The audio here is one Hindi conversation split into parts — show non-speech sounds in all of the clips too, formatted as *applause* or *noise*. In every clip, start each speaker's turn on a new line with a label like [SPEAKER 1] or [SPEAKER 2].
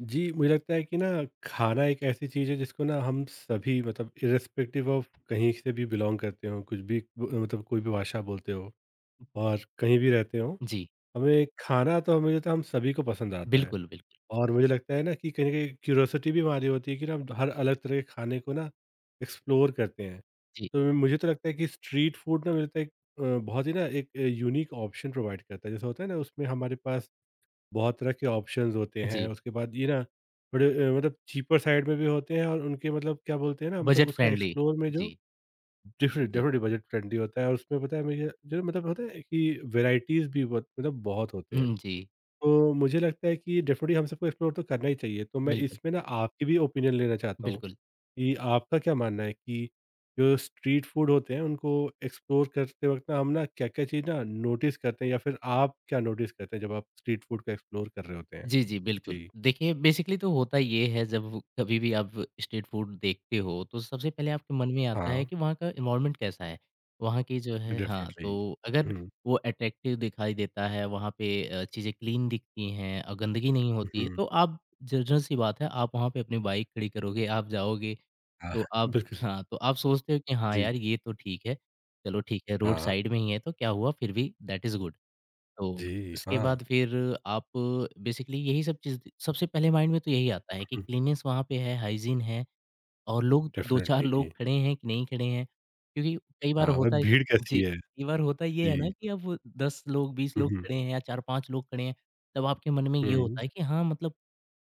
[SPEAKER 1] जी, मुझे लगता है कि ना खाना एक ऐसी चीज़ है जिसको ना हम सभी मतलब इर्रेस्पेक्टिव ऑफ कहीं से भी बिलॉन्ग करते हो, कुछ भी ब मतलब कोई भी भाषा बोलते हो और कहीं भी रहते हो,
[SPEAKER 2] जी,
[SPEAKER 1] हमें खाना तो हमें तो हम सभी को पसंद आता है।
[SPEAKER 2] बिल्कुल, बिल्कुल।
[SPEAKER 1] और मुझे लगता है ना कि कहीं न कहीं क्यूरोसिटी भी हमारी होती है कि ना हम हर अलग तरह के खाने को ना एक्सप्लोर करते हैं।
[SPEAKER 2] जी,
[SPEAKER 1] तो मुझे तो लगता है कि स्ट्रीट फूड ना मुझे लगता है एक बहुत ही ना एक यूनिक ऑप्शन प्रोवाइड करता है। जैसे होता है ना उसमें हमारे पास बहुत तरह के ऑप्शंस होते हैं,
[SPEAKER 2] जी,
[SPEAKER 1] उसके बाद ये ना थोड़े मतलब चीपर साइड में भी होते हैं और उनके मतलब क्या बोलते हैं ना मतलब
[SPEAKER 2] बजट
[SPEAKER 1] उसका
[SPEAKER 2] फ्रेंडली।
[SPEAKER 1] एक्सप्लोर में जो
[SPEAKER 2] जी,
[SPEAKER 1] डिफरेंट
[SPEAKER 2] जी।
[SPEAKER 1] डेफ़िनेटली बजट फ्रेंडली होता है और उसमें पता है मुझे जो मतलब होता है कि वैराइटीज़ भी बहुत होते हैं।
[SPEAKER 2] हुँ, जी,
[SPEAKER 1] तो मुझे लगता है कि डेफ़िनेटली हम सबको एक्सप्लोर तो करना ही चाहिए, तो मैं
[SPEAKER 2] बिल्कुल,
[SPEAKER 1] इसमें ना आपकी भी ओपिनियन लेना चाहता हूँ
[SPEAKER 2] बिल्कुल।
[SPEAKER 1] कि आपका क्या मानना है कि जो स्ट्रीट फूड होते हैं उनको एक्सप्लोर करते वक़्त ना हम ना क्या-क्या चीज़ ना नोटिस करते हैं या फिर आप क्या नोटिस करते हैं जब आप स्ट्रीट फूड को एक्सप्लोर कर रहे होते हैं?
[SPEAKER 2] जी, जी, बिल्कुल।
[SPEAKER 1] जी।
[SPEAKER 2] देखिए, बेसिकली तो होता ये है, कभी भी आप स्ट्रीट फूड देखते हो, तो सबसे पहले आपके मन में आता है
[SPEAKER 1] हाँ,
[SPEAKER 2] कि वहाँ का एनवायरनमेंट कैसा है? वहाँ की जो है, हाँ,
[SPEAKER 1] डेफ़िनेटली।
[SPEAKER 2] तो अगर
[SPEAKER 1] हुँ,
[SPEAKER 2] वो अट्रैक्टिव दिखाई देता है, वहाँ पे चीज़ें क्लीन दिखती हैं और गंदगी नहीं होती है,
[SPEAKER 1] हुँ।
[SPEAKER 2] तो आप ज़ ज़ाहिर-सी बात है, आप वहाँ पे अपनी बाइक खड़ी करोगे, आप जाओगे।
[SPEAKER 1] हाँ,
[SPEAKER 2] तो आप,
[SPEAKER 1] बिल्कुल।
[SPEAKER 2] हाँ, तो आप सोचते हो कि हाँ
[SPEAKER 1] जी,
[SPEAKER 2] यार, ये तो ठीक है। चलो ठीक है, रोड
[SPEAKER 1] हाँ,
[SPEAKER 2] साइड में ही है तो क्या हुआ, फिर भी दैट इज़ गुड। तो
[SPEAKER 1] जी,
[SPEAKER 2] उसके
[SPEAKER 1] हाँ।
[SPEAKER 2] बाद फिर आप बेसिकली यही सब चीज़, सबसे पहले माइंड में तो यही आता है कि
[SPEAKER 1] हुँ,
[SPEAKER 2] क्लीननेस वहाँ पे है, हाइजीन है और लोग 2-4
[SPEAKER 1] डेफ़िनेटली।
[SPEAKER 2] लोग खड़े हैं कि नहीं खड़े हैं, क्योंकि कई बार
[SPEAKER 1] हाँ,
[SPEAKER 2] होता
[SPEAKER 1] मतलब
[SPEAKER 2] है।
[SPEAKER 1] भीड़
[SPEAKER 2] जी,
[SPEAKER 1] कैसी है?
[SPEAKER 2] कई बार होता ये है ना
[SPEAKER 1] जी।
[SPEAKER 2] कि अब 10 लोग, 20
[SPEAKER 1] हुँ,
[SPEAKER 2] लोग
[SPEAKER 1] हुँ,
[SPEAKER 2] खड़े हैं या 4-5 लोग खड़े हैं, तब आपके मन में ये
[SPEAKER 1] हुँ।
[SPEAKER 2] होता है कि हाँ, मतलब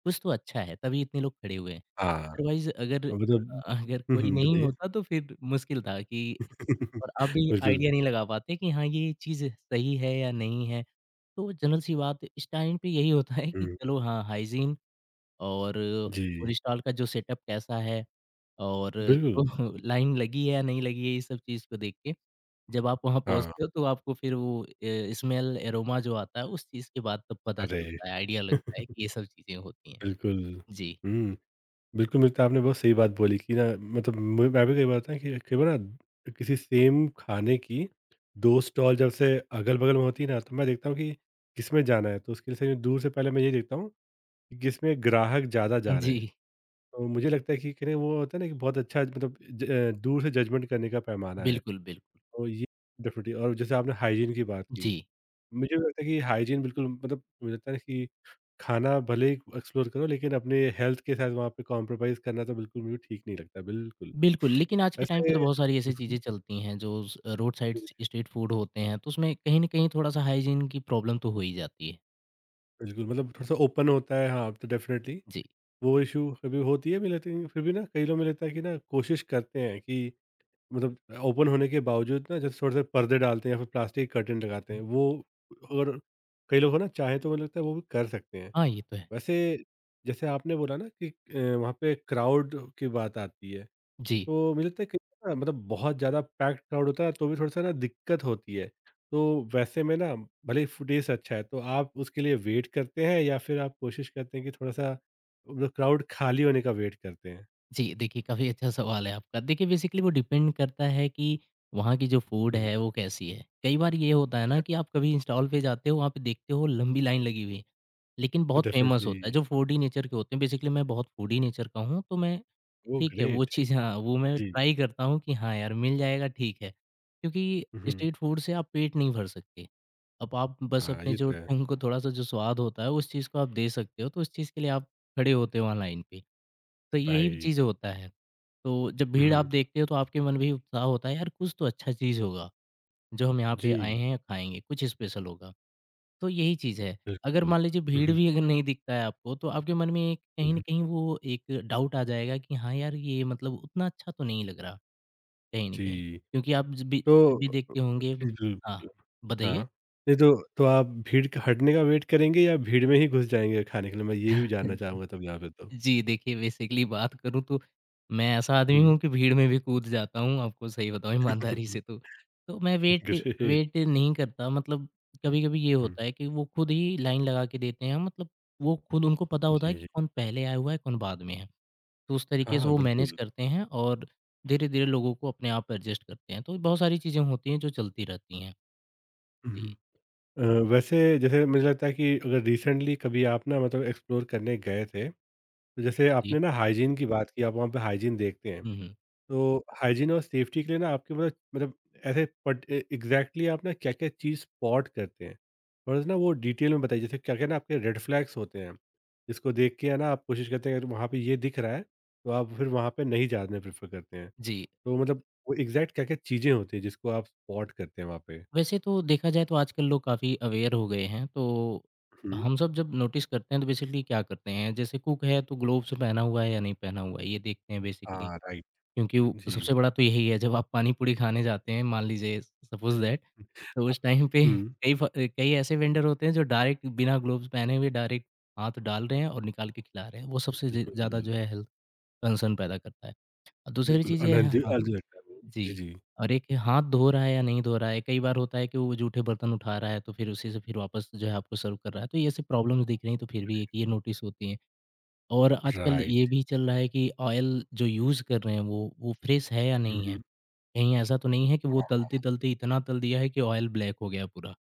[SPEAKER 2] कुछ तो अच्छा है, तभी इतने लोग खड़े हुए हैं।
[SPEAKER 1] हाँ,
[SPEAKER 2] अदरवाइज़ अगर,
[SPEAKER 1] मतलब
[SPEAKER 2] अगर
[SPEAKER 1] हुँ,
[SPEAKER 2] कोई
[SPEAKER 1] हुँ,
[SPEAKER 2] नहीं
[SPEAKER 1] बताइए?
[SPEAKER 2] होता तो फिर मुश्किल था कि,
[SPEAKER 1] *laughs*
[SPEAKER 2] और आप भी
[SPEAKER 1] बिल्कुल।
[SPEAKER 2] आइडिया नहीं लगा पाते कि हाँ, ये चीज़ सही है या नहीं है। तो जनरल सी बात इस टाइम पे यही होता है कि
[SPEAKER 1] हुँ,
[SPEAKER 2] चलो हाँ, हाइजीन और पूरी
[SPEAKER 1] जी,
[SPEAKER 2] स्टॉल का जो सेटअप कैसा है, और
[SPEAKER 1] बिल्कुल।
[SPEAKER 2] तो *laughs* लाइन लगी है या नहीं लगी है, ये सब चीज़ को देख के जब आप वहाँ
[SPEAKER 1] हाँ,
[SPEAKER 2] पहुँचते हो तो आपको फिर वो स्मेल एरोमा जो आता है, उस चीज़ के बाद तब पता
[SPEAKER 1] अरे!
[SPEAKER 2] चलता है, आइडिया लगता है
[SPEAKER 1] *laughs*
[SPEAKER 2] कि ये सब चीज़ें होती हैं।
[SPEAKER 1] बिल्कुल।
[SPEAKER 2] जी।
[SPEAKER 1] हुँ। बिल्कुल, मिलता आपने बहुत सही बात बोली कि ना मतलब मु मैं भी कई बार होता है कि कई बार ना किसी सेम खाने की 2 स्टॉल जब से अगल-बगल में होती है ना, तो मैं देखता हूँ कि किसमें जाना है, तो उसके लिए दूर से पहले मैं ये देखता हूँ कि किसमें ग्राहक ज़्यादा जा रहे
[SPEAKER 2] जी।
[SPEAKER 1] हैं। तो मुझे लगता है कि कहीं वो होता है ना कि बहुत अच्छा मतलब दूर से जजमेंट करने का पैमाना है।
[SPEAKER 2] बिल्कुल, बिल्कुल।
[SPEAKER 1] तो ये डेफिनिटली और जैसे आपने हाइजीन की बात की।
[SPEAKER 2] जी।
[SPEAKER 1] मुझे लगता है कि हाइजीन बिल्कुल मतलब मुझे लगता है ना कि खाना भले ही एक्सप्लोर करो लेकिन अपने हेल्थ के साथ वहाँ पे कॉम्प्रोमाइज़ करना तो बिल्कुल मुझे ठीक नहीं लगता, बिल्कुल।
[SPEAKER 2] बिल्कुल, लेकिन आज के टाइम पे
[SPEAKER 1] वैसे
[SPEAKER 2] तो बहुत सारी ऐसी
[SPEAKER 1] हुँ,
[SPEAKER 2] चीज़ें
[SPEAKER 1] हुँ।
[SPEAKER 2] चलती हैं जो स रोड साइड
[SPEAKER 1] जी,
[SPEAKER 2] स स्ट्रीट फूड होते हैं, तो उसमें कहीं न कहीं थोड़ा-सा हाइजीन की प्रॉब्लम तो हो ही जाती है।
[SPEAKER 1] बिल्कुल मतलब थोड़ा-सा ओपन होता है हाँ, तो डेफ़िनिटली
[SPEAKER 2] जी।
[SPEAKER 1] वो इश्यू कभी होती है मुझे लगता है कि फिर भी ना कई लोग मुझे लगता है कि ना कोशिश करते हैं कि मतलब ओपन होने के बावजूद ना जैसे थोड़े-से पर्दे डालते हैं या फिर प्लास्टिक कर्टेन लगाते हैं,
[SPEAKER 2] हुँ।
[SPEAKER 1] वो और कई लोग हो ना चाहे तो मुझे लगता है वो भी कर सकते हैं।
[SPEAKER 2] हाँ, ये तो है।
[SPEAKER 1] वैसे जैसे आपने बोला ना कि वहाँ पे क्राउड की बात आती है
[SPEAKER 2] जी।
[SPEAKER 1] तो मुझे लगता है कि ना मतलब बहुत ज़्यादा पैक्ड क्राउड होता है तो भी थोड़ा-सा ना दिक्कत होती है। तो वैसे में ना भले ही फुटेज अच्छा है तो आप उसके लिए वेट करते हैं या फिर आप कोशिश करते हैं कि थोड़ा-सा मतलब क्राउड खाली होने का वेट करते हैं?
[SPEAKER 2] जी, देखिए काफ़ी अच्छा सवाल है आपका। देखिए बेसिकली वो डिपेंड करता है कि वहाँ की जो फूड
[SPEAKER 1] हुँ,
[SPEAKER 2] है वो कैसी है। कई बार ये होता है ना कि
[SPEAKER 1] डेफ
[SPEAKER 2] आप कभी स्टॉल पे जाते हो, वहाँ पे देखते हो लंबी लाइन लगी हुई है, लेकिन बहुत फेमस
[SPEAKER 1] डेफ़िनिटली।
[SPEAKER 2] होता है जो फूडी नेचर के होते हैं। बेसिकली मैं बहुत फूडी नेचर का हूँ, तो मैं
[SPEAKER 1] ओह
[SPEAKER 2] ठीक है वो
[SPEAKER 1] ग्रेट!
[SPEAKER 2] चीज़, हाँ, वो मैं
[SPEAKER 1] जी।
[SPEAKER 2] ट्राई करता हूँ कि हाँ यार मिल जाएगा, ठीक है। क्योंकि
[SPEAKER 1] हुँ, हुँ।
[SPEAKER 2] स्ट्रीट फूड से आप पेट नहीं भर सकते। अब आप बस
[SPEAKER 1] हाँ,
[SPEAKER 2] अपने
[SPEAKER 1] ये
[SPEAKER 2] जो
[SPEAKER 1] तो है।
[SPEAKER 2] टंग को थोड़ा-सा जो स्वाद होता है उस चीज़ को आप दे सकते हो, तो उस चीज़ के लिए आप खड़े होते हो वहाँ लाइन पे। तो यही चीज़
[SPEAKER 1] राइट।
[SPEAKER 2] होता है। तो जब
[SPEAKER 1] हुँ,
[SPEAKER 2] भीड़ आप
[SPEAKER 1] हुँ।
[SPEAKER 2] देखते हो तो आपके मन में भी उत्साह होता है यार कुछ तो अच्छा चीज़ होगा, जो हम यहाँ पे आए
[SPEAKER 1] जी,
[SPEAKER 2] हैं खाएँगे, कुछ स्पेशल होगा। तो यही चीज़ है। अगर
[SPEAKER 1] बिल्कुल।
[SPEAKER 2] मान लीजिए
[SPEAKER 1] हुँ,
[SPEAKER 2] भीड़
[SPEAKER 1] हुँ,
[SPEAKER 2] भी अगर नहीं दिखता है आपको, तो आपके मन में एक
[SPEAKER 1] हुँ,
[SPEAKER 2] कहीं न
[SPEAKER 1] हुँ।
[SPEAKER 2] कहीं वो एक डाउट आ जाएगा कि हाँ यार ये मतलब उतना अच्छा तो नहीं लग रहा, कहीं न कहीं।
[SPEAKER 1] जी।
[SPEAKER 2] क्योंकि आप जब भी
[SPEAKER 1] तो
[SPEAKER 2] जब भी
[SPEAKER 1] अ,
[SPEAKER 2] देखते होंगे,
[SPEAKER 1] जी, जी,
[SPEAKER 2] हाँ,
[SPEAKER 1] जी। हाँ,
[SPEAKER 2] बताइए?
[SPEAKER 1] नहीं तो तो आप भीड़ के हटने का वेट करेंगे या भीड़ में ही घुस जाएँगे खाने के लिए? मैं ये भी जानना
[SPEAKER 2] *laughs*
[SPEAKER 1] चाहूँगा तब यहाँ पे तो।
[SPEAKER 2] जी, देखिए बेसिकली बात करूँ तो मैं ऐसा आदमी
[SPEAKER 1] हुँ।
[SPEAKER 2] हूँ कि भीड़ में भी कूद जाता हूँ, आपको सही बताऊँ ईमानदारी से
[SPEAKER 1] *laughs*
[SPEAKER 2] तो। तो मैं वेट
[SPEAKER 1] ग्रेट।
[SPEAKER 2] वेट नहीं करता, मतलब कभी-कभी ये
[SPEAKER 1] हुँ,
[SPEAKER 2] होता है कि वो खुद ही लाइन लगा के देते हैं, मतलब वो खुद उनको पता होता है
[SPEAKER 1] जी,
[SPEAKER 2] कि
[SPEAKER 1] जी।
[SPEAKER 2] कौन पहले आया हुआ है, कौन बाद में है। तो उस
[SPEAKER 1] हाँ,
[SPEAKER 2] तरीके से
[SPEAKER 1] हाँ,
[SPEAKER 2] वो मैनेज
[SPEAKER 1] बिल्कुल।
[SPEAKER 2] करते हैं और धीरे-धीरे लोगों को अपने आप एडजस्ट करते हैं। तो बहुत सारी चीज़ें होती हैं जो चलती रहती हैं।
[SPEAKER 1] हुँ,
[SPEAKER 2] जी,
[SPEAKER 1] हुँ। अ, वैसे जैसे मुझे लगता है कि अगर रिसेंटली कभी आप ना मतलब एक्सप्लोर करने गए थे, तो जैसे
[SPEAKER 2] जी।
[SPEAKER 1] आपने ना हाइजीन की बात की, आप वहाँ पे हाइजीन देखते हैं।
[SPEAKER 2] हुँ, हुँ।
[SPEAKER 1] तो हाइजीन और सेफ्टी के लिए ना आपके मतलब ऐसे पट एग्जैक्टली आप ना क्या क्या चीज़ स्पॉट करते हैं थोड़ा सा ना वो डिटेल में बताइए जैसे क्या क्या ना आपके रेड फ्लैग्स होते हैं जिसको देख के है ना आप कोशिश करते हैं अगर वहाँ पे ये दिख रहा है तो आप फिर वहाँ पे नहीं जाना प्रेफर करते हैं
[SPEAKER 2] जी।
[SPEAKER 1] तो मतलब वो एग्जैक्ट क्या क्या चीज़ें होती हैं जिसको आप स्पॉट करते हैं वहाँ पे
[SPEAKER 2] वैसे तो देखा जाए तो आजकल लोग काफ़ी अवेयर हो गए हैं, तो
[SPEAKER 1] हम्म,
[SPEAKER 2] हम सब जब नोटिस करते हैं तो बेसिकली क्या करते हैं, जैसे कुक है तो ग्लोव्स पहना हुआ है या नहीं पहना हुआ है, ये देखते हैं बेसिकली।
[SPEAKER 1] हाँ राइट
[SPEAKER 2] क्योंकि वो
[SPEAKER 1] जी
[SPEAKER 2] सबसे बड़ा तो यही है, जब आप पानी-पूरी खाने जाते हैं मान लीजिए सपोज़ दैट, तो उस टाइम पे
[SPEAKER 1] हम्म
[SPEAKER 2] कई ऐसे वेंडर होते हैं जो डायरेक्ट बिना ग्लोव्स पहने हुए डायरेक्ट हाथ डाल रहे हैं और निकाल के खिला रहे हैं। वो सबसे ज
[SPEAKER 1] बिल्कुल
[SPEAKER 2] ज़्यादा जो है हेल्थ कंसर्न पैदा करता है। और दूसरी
[SPEAKER 1] बिल्कुल
[SPEAKER 2] चीज़
[SPEAKER 1] आनंद
[SPEAKER 2] ये है,
[SPEAKER 1] अनहेल्दी
[SPEAKER 2] हाँ।
[SPEAKER 1] अनहेल्दी लगता है वो जी
[SPEAKER 2] जी,
[SPEAKER 1] जी
[SPEAKER 2] और एक हाथ धो रहा है या नहीं धो रहा है, कई बार होता है कि वो जूठे बर्तन उठा रहा है, तो फिर उसी से फिर वापस जो है आपको सर्व कर रहा है, तो ये सब प्रॉब्लम्स दिख रही हैं, तो फिर भी एक ये नोटिस होती हैं। और आजकल ये
[SPEAKER 1] राइट
[SPEAKER 2] भी चल रहा है कि ऑयल जो यूज़ कर रहे हैं वो फ्रेश है या नहीं है?
[SPEAKER 1] हम्म,
[SPEAKER 2] कहीं ऐसा तो नहीं है कि वो तलते-तलते इतना तल दिया है कि ऑयल ब्लैक हो गया पूरा,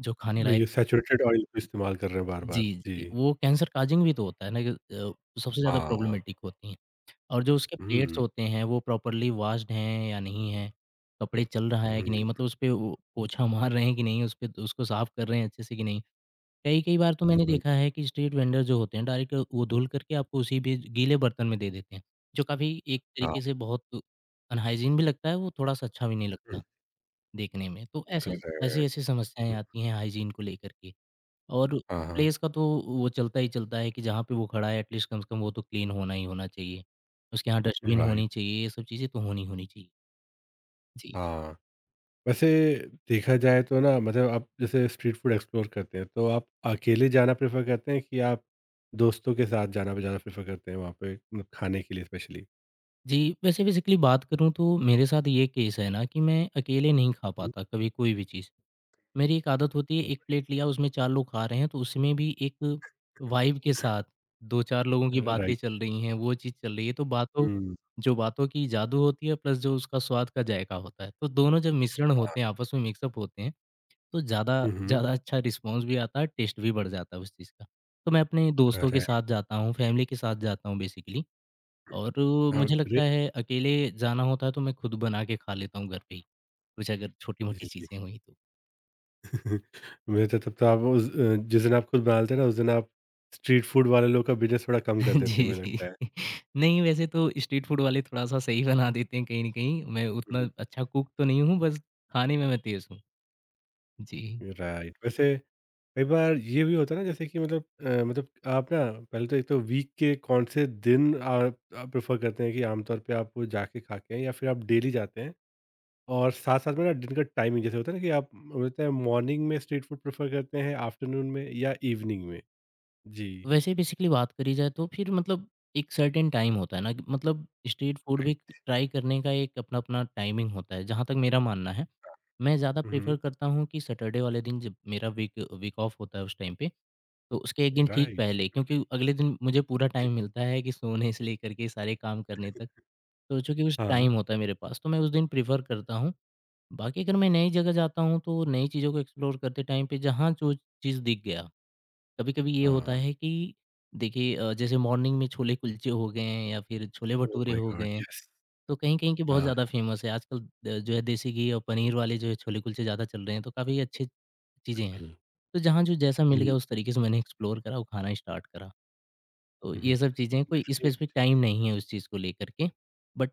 [SPEAKER 2] जो खाने
[SPEAKER 1] वो
[SPEAKER 2] लायक।
[SPEAKER 1] ये सैचुरेटेड ऑयल को इस्तेमाल कर रहे हैं बार
[SPEAKER 2] जी,
[SPEAKER 1] बार जी
[SPEAKER 2] जी, वो कैंसर काज़िंग भी तो होता है ना कि सबसे ज़्यादा
[SPEAKER 1] हाँ,
[SPEAKER 2] प्रॉब्लमैटिक होती हैं। और जो उसके प्लेट्स
[SPEAKER 1] हुँ,
[SPEAKER 2] होते हैं वो प्रॉपरली वॉश्ड हैं या नहीं हैं, कपड़े चल रहा है कि नहीं,
[SPEAKER 1] हुँ,
[SPEAKER 2] मतलब उसपे वो पोछा *laughs* मार रहे हैं कि नहीं, उसपे उसको साफ कर रहे हैं अच्छे से कि नहीं। कई-कई बार तो मैंने
[SPEAKER 1] बिल्कुल।
[SPEAKER 2] देखा है कि स्ट्रीट वेंडर जो होते हैं डायरेक्ट वो धुल करके आपको उसी भी गीले बर्तन में दे देते हैं, जो काफ़ी एक
[SPEAKER 1] हाँ,
[SPEAKER 2] तरीके से बहुत अनहाइजीन भी लगता है, वो थोड़ा-सा अच्छा भी नहीं
[SPEAKER 1] हुँ,
[SPEAKER 2] लगता देखने में। तो ऐसे
[SPEAKER 1] करेक्ट,
[SPEAKER 2] ऐसी-ऐसी समस्याएँ
[SPEAKER 1] हुँ,
[SPEAKER 2] आती हैं हाइजीन को लेकर के। और
[SPEAKER 1] हाँ, हाँ,
[SPEAKER 2] प्लेस का तो वो चलता ही चलता है कि जहाँ पे वो खड़ा है एटलीस्ट कम से कम वो तो क्लीन होना ही होना चाहिए। उसके यहाँ डस्टबिन
[SPEAKER 1] राइट,
[SPEAKER 2] होनी चाहिए, ये सब चीज़ें तो होनी होनी चाहिए। जी।
[SPEAKER 1] हाँ। वैसे देखा जाए तो ना मतलब आप जैसे स्ट्रीट फूड एक्सप्लोर करते हैं, तो आप अकेले जाना प्रेफ़र करते हैं कि आप दोस्तों के साथ जाना ज़्यादा प्रेफ़र करते हैं वहाँ पे मतलब खाने के लिए स्पेशली?
[SPEAKER 2] जी, वैसे बेसिकली बात करूँ तो मेरे साथ ये केस है ना कि मैं अकेले नहीं खा पाता कभी कोई भी चीज़। मेरी एक आदत होती है
[SPEAKER 1] हुँ,
[SPEAKER 2] 1 प्लेट लिया उसमें 4 लोग खा रहे हैं, तो उसमें भी एक वाइब के साथ 2-4 लोगों की बातें
[SPEAKER 1] राइट,
[SPEAKER 2] चल रही हैं, वो चीज़ चल रही है तो बातों
[SPEAKER 1] हुँ,
[SPEAKER 2] जो बातों की जादू होती है, प्लस जो उसका स्वाद का जायका होता है। तो दोनों जब मिश्रण होते हैं, आपस में मिक्स अप होते हैं, तो ज़्यादा
[SPEAKER 1] हुँ, हुँ,
[SPEAKER 2] ज़्यादा अच्छा रिस्पॉन्स भी आता है, टेस्ट भी बढ़ जाता है उस चीज़ का। तो मैं अपने दोस्तों के
[SPEAKER 1] करेक्ट,
[SPEAKER 2] साथ जाता हूँ, फ़ैमिली के साथ जाता हूँ बेसिकली, और
[SPEAKER 1] हाँ,
[SPEAKER 2] मुझे लगता
[SPEAKER 1] ग्रेट,
[SPEAKER 2] है अकेले जाना होता है तो मैं खुद बना के खा लेता हूँ घर पे ही, कुछ अगर छोटी-मोटी
[SPEAKER 1] जी, जी।
[SPEAKER 2] चीज़ें हुई तो।
[SPEAKER 1] *laughs* मुझे तो तब तो आप उस जिस दिन आप खुद बना लेते हैं ना, उस दिन आप स्ट्रीट फूड वाले लोग का बिज़नेस थोड़ा कम कर
[SPEAKER 2] *laughs*
[SPEAKER 1] देते हैं,
[SPEAKER 2] जी,
[SPEAKER 1] मुझे
[SPEAKER 2] जी।
[SPEAKER 1] लगता है।
[SPEAKER 2] नहीं वैसे तो स्ट्रीट फूड वाले थोड़ा-सा सही बना देते हैं कहीं न कहीं, मैं
[SPEAKER 1] हुँ,
[SPEAKER 2] उतना अच्छा कुक तो नहीं हूँ, बस खाने में मैं तेज़ हूँ। जी।
[SPEAKER 1] राइट, वैसे कई बार ये भी होता है ना जैसे कि मतलब मतलब आप ना पहले तो एक तो वीक के कौन से दिन आप प्रेफर करते हैं कि आमतौर पे आप वो जाके खा के हैं या फिर आप डेली जाते हैं और साथ साथ में ना दिन का टाइमिंग जैसे होता है ना कि आप बोलते हैं मॉर्निंग में स्ट्रीट फूड प्रेफर करते हैं आफ्टरनून में या इवनिंग में जी
[SPEAKER 2] वैसे बेसिकली बात करी जाए तो फिर, मतलब एक सर्टेन टाइम होता है ना कि मतलब स्ट्रीट फूड भी
[SPEAKER 1] राइट
[SPEAKER 2] ट्राई करने का एक अपना अपना टाइमिंग होता है, जहाँ तक मेरा मानना है मैं ज़्यादा
[SPEAKER 1] हम्म
[SPEAKER 2] प्रेफर करता हूँ कि सैटरडे वाले दिन जब मेरा वीक वीक ऑफ होता है उस टाइम पे। तो उसके एक दिन ठीक
[SPEAKER 1] राइट
[SPEAKER 2] पहले, क्योंकि अगले दिन मुझे पूरा
[SPEAKER 1] जी
[SPEAKER 2] टाइम मिलता है कि सोने से लेकर के सारे काम करने तक। तो चूंकि उस
[SPEAKER 1] हाँ
[SPEAKER 2] टाइम होता है मेरे पास, तो मैं उस दिन प्रेफर करता हूँ। बाकी अगर मैं नई जगह जाता हूँ तो नई चीज़ों को एक्सप्लोर करते टाइम पे जहाँ जो चीज़ दिख गया, कभी-कभी ये होता
[SPEAKER 1] हाँ
[SPEAKER 2] है कि देखिए, जैसे मॉर्निंग में छोले कुलचे हो गए हैं या फिर छोले
[SPEAKER 1] ओ
[SPEAKER 2] भटूरे
[SPEAKER 1] माय
[SPEAKER 2] हो गए
[SPEAKER 1] गॉड
[SPEAKER 2] हैं,
[SPEAKER 1] यस
[SPEAKER 2] तो कहीं-कहीं के बहुत
[SPEAKER 1] हाँ
[SPEAKER 2] ज़्यादा फ़ेमस है। आजकल जो है देसी घी और पनीर वाले जो है छोले कुलचे ज़्यादा चल रहे हैं, तो काफ़ी अच्छी चीज़ें हैं।
[SPEAKER 1] बिल्कुल
[SPEAKER 2] तो जहाँ जो जैसा मिल
[SPEAKER 1] हम्म
[SPEAKER 2] गया उस तरीके से मैंने एक्सप्लोर करा, वो खाना स्टार्ट करा। तो
[SPEAKER 1] हम्म
[SPEAKER 2] ये सब चीज़ें कोई स्पेसिफ़िक
[SPEAKER 1] ग्रेट
[SPEAKER 2] टाइम नहीं है उस चीज़ को लेकर के, बट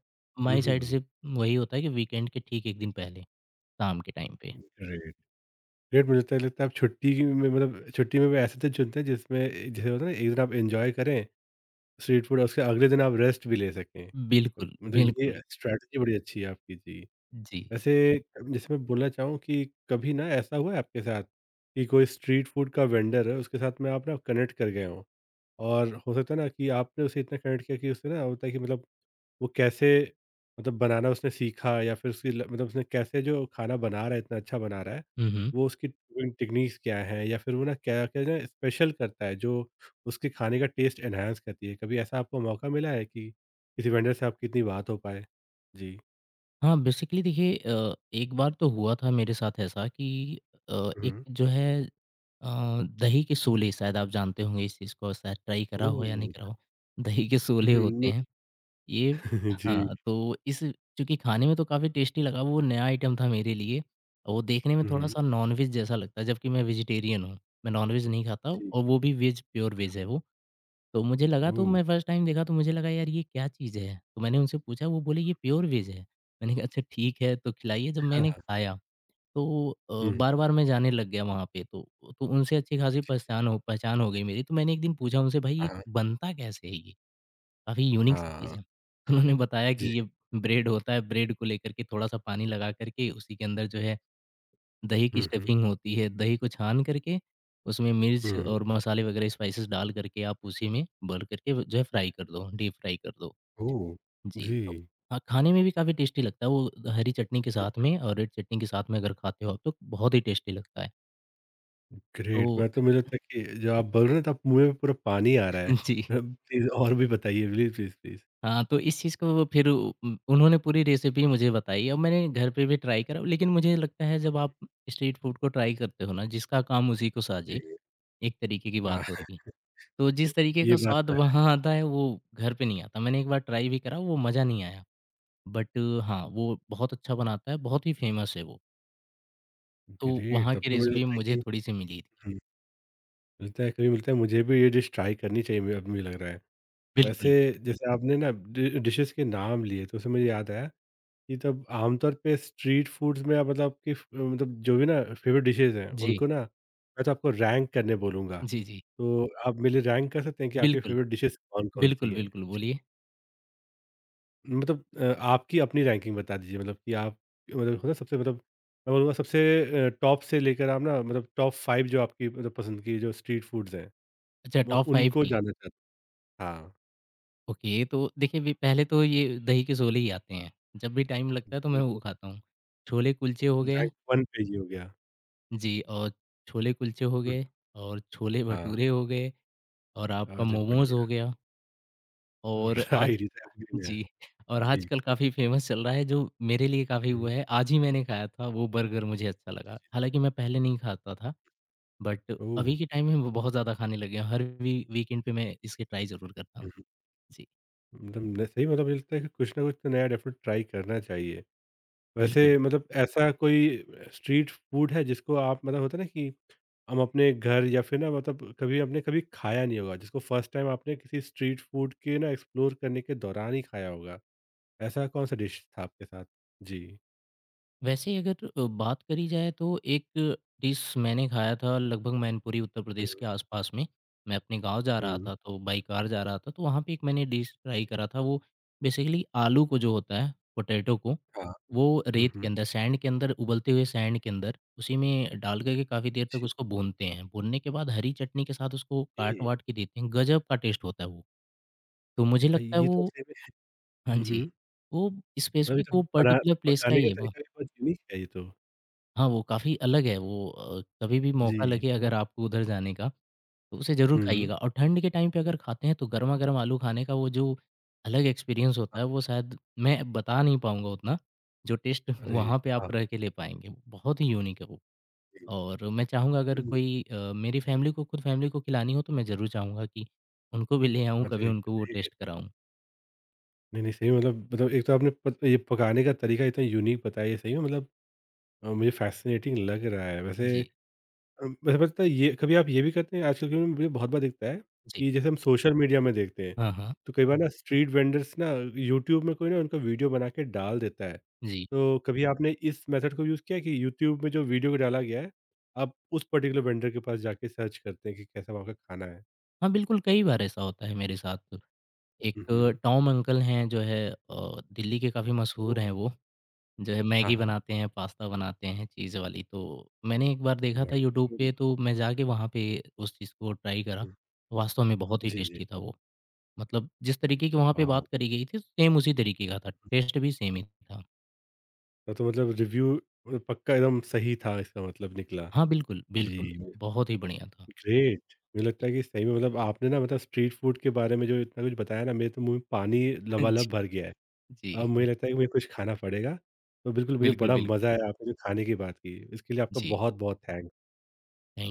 [SPEAKER 2] माय साइड
[SPEAKER 1] हम्म
[SPEAKER 2] से वही होता है कि वीकेंड के ठीक 1 दिन पहले, शाम के टाइम पे।
[SPEAKER 1] great। ग्रेट मुझे लगता है आप छुट्टी की में मतलब छुट्टी में भी ऐसे दिन चुनते हैं जिसमें जैसे होता है ना एक दिन आप एंजॉय करें स्ट्रीट फूड और उसके अगले दिन आप रेस्ट भी ले सकें
[SPEAKER 2] बिल्कुल,
[SPEAKER 1] मतलब
[SPEAKER 2] बिल्कुल।
[SPEAKER 1] ये स्ट्रैटेजी बड़ी अच्छी है आपकी जी
[SPEAKER 2] जी।
[SPEAKER 1] वैसे जैसे मैं बोलना चाहूँ कि कभी ना ऐसा हुआ है आपके साथ कि कोई स्ट्रीट फूड का वेंडर है उसके साथ में आप ना कनेक्ट कर गए हो और हो सकता है ना कि आपने उसे इतना कनेक्ट किया कि उससे ना होता है कि मतलब वो कैसे मतलब बनाना उसने सीखा या फिर उसकी मतलब उसने कैसे जो खाना बना रहा है इतना अच्छा बना रहा है
[SPEAKER 2] हुँ, हुँ।
[SPEAKER 1] वो उसकी टेक्निक्स क्या हैं या फिर वो ना क्या क्या ना स्पेशल करता है जो उसके खाने का टेस्ट एनहांस करती है कभी ऐसा आपको मौका मिला है कि किसी वेंडर से आपकी इतनी बात हो पाए जी
[SPEAKER 2] हाँ, बेसिकली देखिए एक बार तो हुआ था मेरे साथ ऐसा कि एक
[SPEAKER 1] हम्म
[SPEAKER 2] जो है अ, दही के सोले शायद आप जानते होंगे इस चीज़ को, शायद ट्राई करा हो या नहीं करा
[SPEAKER 1] ओह
[SPEAKER 2] हो। दही के सोले होते
[SPEAKER 1] हम्म,
[SPEAKER 2] हैं, ये,
[SPEAKER 1] *laughs* नहीं, जी
[SPEAKER 2] हाँ, तो इस, चूँकि खाने में तो काफ़ी टेस्टी लगा, वो नया आइटम था मेरे लिए। वो देखने में
[SPEAKER 1] हम्म
[SPEAKER 2] थोड़ा-सा नॉन-वेज जैसा लगता है, जबकि मैं वेजिटेरियन हूँ, मैं नॉन-वेज नहीं खाता
[SPEAKER 1] जी
[SPEAKER 2] और वो भी वेज, प्योर वेज है वो। तो मुझे लगा तो
[SPEAKER 1] ओह
[SPEAKER 2] मैं फर्स्ट टाइम देखा तो मुझे लगा यार ये क्या चीज़ है? तो मैंने उनसे पूछा वो बोले ये प्योर वेज है। मैंने कहा अच्छा ठीक है तो खिलाइए जब मैंने
[SPEAKER 1] अच्छा,
[SPEAKER 2] खाया तो
[SPEAKER 1] हम्म
[SPEAKER 2] बार-बार मैं जाने लग गया वहाँ पे तो उनसे अच्छी खासी पहचान हो गई मेरी। तो मैंने एक दिन पूछा उनसे भाई ये
[SPEAKER 1] हाँ
[SPEAKER 2] बनता कैसे है ये? काफ़ी यूनिक सी चीज़
[SPEAKER 1] हाँ
[SPEAKER 2] है। *laughs* उन्होंने बताया कि
[SPEAKER 1] जी
[SPEAKER 2] ये ब्रेड होता है ब्रेड को लेकर के थोड़ा-सा पानी लगा कर के उसी के अंदर जो है दही की
[SPEAKER 1] हम्म
[SPEAKER 2] स्टफिंग होती है, दही को छान करके उसमें मिर्च
[SPEAKER 1] हम्म
[SPEAKER 2] और मसाले वगैरह स्पाइसेस डाल करके आप उसी में भर करके वो जो है फ्राई कर दो, डीप फ्राई कर दो।
[SPEAKER 1] ओह
[SPEAKER 2] जी,
[SPEAKER 1] जी
[SPEAKER 2] तो हाँ, खाने में भी काफ़ी टेस्टी लगता है वो हरी चटनी के साथ में और रेड चटनी के साथ में अगर खाते हो आप तो बहुत ही टेस्टी लगता है।
[SPEAKER 1] ग्रेट!
[SPEAKER 2] तो
[SPEAKER 1] मैं तो मुझे लगता है कि जब आप बोल रहे हैं तो आप मुँह में पूरा पानी आ रहा है।
[SPEAKER 2] *laughs* जी,
[SPEAKER 1] *laughs* अब प्लीज़ और भी बताइए प्लीज़, प्लीज़, प्लीज़।
[SPEAKER 2] हाँ, तो इस चीज़ को वो फिर उन्होंने पूरी रेसिपी मुझे बताई और मैंने घर पे भी ट्राई करा लेकिन मुझे लगता है जब आप स्ट्रीट फूड को ट्राई करते हो ना, जिसका काम उसी को
[SPEAKER 1] जी।
[SPEAKER 2] साझे, एक तरीके की बात
[SPEAKER 1] हाँ।
[SPEAKER 2] होती है। तो जिस तरीके
[SPEAKER 1] ये
[SPEAKER 2] का
[SPEAKER 1] बात
[SPEAKER 2] स्वाद
[SPEAKER 1] तो है।
[SPEAKER 2] वहाँ आता है वो घर पे नहीं आता। मैंने एक बार ट्राई भी करा वो मज़ा नहीं आया। बट हाँ, वो बहुत अच्छा बनाता है, बहुत ही फ़ेमस है वो। तो
[SPEAKER 1] ग्रेट!
[SPEAKER 2] वहाँ
[SPEAKER 1] तब
[SPEAKER 2] की
[SPEAKER 1] तो मुझे
[SPEAKER 2] रेसिपी
[SPEAKER 1] लगता है
[SPEAKER 2] मुझे
[SPEAKER 1] कि
[SPEAKER 2] थोड़ी-सी मिली थी।
[SPEAKER 1] हुँ, मिलता है कभी मिलता है मुझे भी ये डिश ट्राई करनी चाहिए मुझे अब मुझे लग रहा है। वैसे
[SPEAKER 2] बिल्कुल।
[SPEAKER 1] जैसे आपने ना डि डिशेज़ के नाम लिए तो उससे मुझे याद आया कि तब आमतौर पे स्ट्रीट फूड्स में आप मतलब आपकी फ मतलब जो भी ना फेवरेट डिशेज़ हैं
[SPEAKER 2] जी।
[SPEAKER 1] उनको ना मैं तो आपको रैंक करने बोलूँगा।
[SPEAKER 2] जी, जी।
[SPEAKER 1] तो आप मेरे लिए रैंक कर सकते हैं कि आपकी
[SPEAKER 2] बिल्कुल।
[SPEAKER 1] फेवरेट डिशेज़ कौन-कौन सी
[SPEAKER 2] बिल्कुल,
[SPEAKER 1] हैं?
[SPEAKER 2] बिल्कुल बोलिए।
[SPEAKER 1] मतलब आपकी अपनी रैंकिंग बता दीजिए मतलब कि आप मतलब होता है सबसे मतलब मैं बोलूँगा सबसे टॉप से लेकर आप ना मतलब टॉप 5 जो आपकी मतलब पसंद की जो स्ट्रीट फूड्स हैं,
[SPEAKER 2] अच्छा
[SPEAKER 1] वो
[SPEAKER 2] टॉप 5
[SPEAKER 1] उनको
[SPEAKER 2] की।
[SPEAKER 1] जानना चाहते हाँ,
[SPEAKER 2] ओके तो देखिए वे पहले तो ये दही के छोले ही आते हैं। जब भी टाइम
[SPEAKER 1] *laughs*
[SPEAKER 2] लगता है तो मैं
[SPEAKER 1] ग्रेट,
[SPEAKER 2] वो
[SPEAKER 1] मतलब
[SPEAKER 2] खाता हूँ। छोले कुलचे हो गए
[SPEAKER 1] रैंक 1 पे ये हो गया।
[SPEAKER 2] जी और छोले कुलचे हो
[SPEAKER 1] हुँ,
[SPEAKER 2] गए और छोले
[SPEAKER 1] हाँ,
[SPEAKER 2] भटूरे हो गए और आपका
[SPEAKER 1] अरे
[SPEAKER 2] मोमोज़ हो
[SPEAKER 1] बढ़िया!
[SPEAKER 2] गया और आज
[SPEAKER 1] राइट ये तो एवरग्रीन है।
[SPEAKER 2] जी, और
[SPEAKER 1] जी,
[SPEAKER 2] आजकल काफ़ी फ़ेमस चल रहा है जो मेरे लिए काफ़ी वो
[SPEAKER 1] हुँ,
[SPEAKER 2] है, आज ही मैंने खाया था वो बर्गर मुझे अच्छा
[SPEAKER 1] जी,
[SPEAKER 2] लगा।
[SPEAKER 1] जी।
[SPEAKER 2] हालाँकि मैं पहले नहीं खाता था, बट
[SPEAKER 1] ओह!
[SPEAKER 2] अभी के टाइम में वो बहुत ज़्यादा खाने लग गया हूँ। हर वी वीकेंड पे मैं इसकी ट्राई ज़रूर करता हूँ।
[SPEAKER 1] हुँ, हुँ,
[SPEAKER 2] जी,
[SPEAKER 1] मतलब न सही मतलब मुझे लगता है कि कुछ ना कुछ तो नया डेफ़िनेट ट्राई करना चाहिए।
[SPEAKER 2] बिल्कुल।
[SPEAKER 1] वैसे मतलब ऐसा कोई स्ट्रीट फूड है जिसको आप मतलब होता है ना कि हम अपने घर या फिर ना मतलब कभी आपने कभी खाया नहीं होगा जिसको फर्स्ट टाइम आपने किसी स्ट्रीट फूड के ना एक्सप्लोर करने के दौरान ही खाया होगा ऐसा कौन सा डिश था आपके साथ जी
[SPEAKER 2] वैसे ही अगर बात करी जाए तो एक डिश मैंने खाया था लगभग मैनपुरी उत्तर प्रदेश
[SPEAKER 1] हम्म
[SPEAKER 2] के आसपास में। मैं अपने गाँव जा रहा
[SPEAKER 1] हम्म
[SPEAKER 2] था तो बाई कार जा रहा था तो वहाँ पे एक मैंने डिश ट्राई
[SPEAKER 1] जी,
[SPEAKER 2] करा था वो बेसिकली आलू को जो होता है पोटैटो को,
[SPEAKER 1] हाँ
[SPEAKER 2] वो रेत के
[SPEAKER 1] हम्म
[SPEAKER 2] अंदर सैंड के अंदर उबलते हुए सैंड के अंदर उसी में डाल कर के काफ़ी देर तक
[SPEAKER 1] जी
[SPEAKER 2] उसको भूनते हैं। भूनने के बाद हरी चटनी के साथ उसको
[SPEAKER 1] ये
[SPEAKER 2] काट-वाट के देते हैं, गज़ब का टेस्ट होता है वो। तो मुझे
[SPEAKER 1] भाई
[SPEAKER 2] लगता है
[SPEAKER 1] ये तो
[SPEAKER 2] वो
[SPEAKER 1] सही
[SPEAKER 2] हाँ
[SPEAKER 1] में
[SPEAKER 2] जी,
[SPEAKER 1] हम्म
[SPEAKER 2] वो
[SPEAKER 1] मतलब ये
[SPEAKER 2] स्पेसिफ़िक
[SPEAKER 1] तो
[SPEAKER 2] वो
[SPEAKER 1] बना
[SPEAKER 2] पर्टिकुलर प्लेस का
[SPEAKER 1] पकाने
[SPEAKER 2] ही
[SPEAKER 1] का
[SPEAKER 2] है वो।
[SPEAKER 1] तरीका भी बहुत यूनिक है ये तो
[SPEAKER 2] हाँ, वो काफ़ी अलग है वो कभी भी
[SPEAKER 1] जी
[SPEAKER 2] मौका लगे अगर आपको उधर जाने का, तो उसे ज़रूर
[SPEAKER 1] हम्म
[SPEAKER 2] खाइएगा और ठंड के टाइम पे अगर खाते हैं तो गरमा-गरम आलू खाने का वो जो अलग एक्सपीरियंस होता है, वो शायद मैं बता नहीं पाऊँगा उतना, जो टेस्ट
[SPEAKER 1] अरे
[SPEAKER 2] वहाँ पे
[SPEAKER 1] हाँ
[SPEAKER 2] आप रह के ले पाएँगे। बहुत ही यूनिक है वो
[SPEAKER 1] जी,
[SPEAKER 2] और मैं चाहूँगा अगर
[SPEAKER 1] हम्म,
[SPEAKER 2] कोई मेरी फ़ैमिली को खुद फ़ैमिली को खिलानी हो तो मैं ज़रूर चाहूँगा कि उनको भी ले आऊँ, कभी
[SPEAKER 1] अरे
[SPEAKER 2] उनको वो
[SPEAKER 1] अरे
[SPEAKER 2] टेस्ट कराऊँ।
[SPEAKER 1] नहीं, नहीं, सही में मतलब एक तो आपने प ये पकाने का तरीका इतना यूनिक बताया है सही में मतलब मुझे फ़ैसिनेटिंग लग रहा है। वैसे
[SPEAKER 2] जी,
[SPEAKER 1] वैसे पता है ये कभी आप ये भी करते हैं आजकल के मुझे बहुत बार दिखता है
[SPEAKER 2] जी।
[SPEAKER 1] कि जैसे हम सोशल मीडिया में देखते हैं,
[SPEAKER 2] हाँ, हाँ।
[SPEAKER 1] तो कई बार हाँ। ना स्ट्रीट वेंडर्स ना यूट्यूब में कोई ना उनका वीडियो बना के डाल देता है।
[SPEAKER 2] जी।
[SPEAKER 1] तो कभी आपने इस मेथड को यूज़ किया है कि यूट्यूब में जो वीडियो को डाला गया है, आप उस पर्टिकुलर वेंडर के पास जाके सर्च करते हैं कि कैसा वहाँ का खाना है?
[SPEAKER 2] हाँ, बिल्कुल कई बार ऐसा होता है मेरे साथ। एक
[SPEAKER 1] हुँ, हुँ।
[SPEAKER 2] टॉम अंकल हैं जो है दिल्ली के काफ़ी मशहूर
[SPEAKER 1] ओह!
[SPEAKER 2] हैं वो, जो है
[SPEAKER 1] हाँ,
[SPEAKER 2] मैगी
[SPEAKER 1] हाँ।
[SPEAKER 2] बनाते हैं, पास्ता बनाते हैं चीज़ वाली। तो मैंने एक बार देखा था यूट्यूब
[SPEAKER 1] वंडरफुल।
[SPEAKER 2] पे तो मैं जाके वहाँ पे उस चीज़ को ट्राई करा।
[SPEAKER 1] हुँ।
[SPEAKER 2] वास्तव में बहुत ही
[SPEAKER 1] जी, जी।
[SPEAKER 2] टेस्टी था वो। मतलब जिस तरीके की वहाँ पे
[SPEAKER 1] वाओ!
[SPEAKER 2] बात करी गई थी सेम उसी तरीके का था, टेस्ट भी सेम ही था।
[SPEAKER 1] हाँ, तो मतलब रिव्यू पक्का एकदम सही था इसका मतलब निकला।
[SPEAKER 2] हाँ, बिल्कुल, बिल्कुल।
[SPEAKER 1] जी, हुँ।
[SPEAKER 2] बहुत ही बढ़िया था।
[SPEAKER 1] ग्रेट! मुझे
[SPEAKER 2] जी,
[SPEAKER 1] लगता है कि सही में मतलब आपने ना मतलब स्ट्रीट फूड के बारे में जो इतना कुछ बताया ना मेरे तो मुँह में पानी
[SPEAKER 2] *laughs*
[SPEAKER 1] लबालब
[SPEAKER 2] जी,
[SPEAKER 1] भर गया है। अब
[SPEAKER 2] जी।
[SPEAKER 1] मुझे लगता है कि मुझे कुछ खाना पड़ेगा। तो बिल्कुल मुझे
[SPEAKER 2] बिल्कुल,
[SPEAKER 1] बड़ा
[SPEAKER 2] बिल्कुल।
[SPEAKER 1] मज़ा आया आपने जो खाने की बात की। इसके लिए आपका
[SPEAKER 2] जी।
[SPEAKER 1] बहुत-बहुत थैंक्स।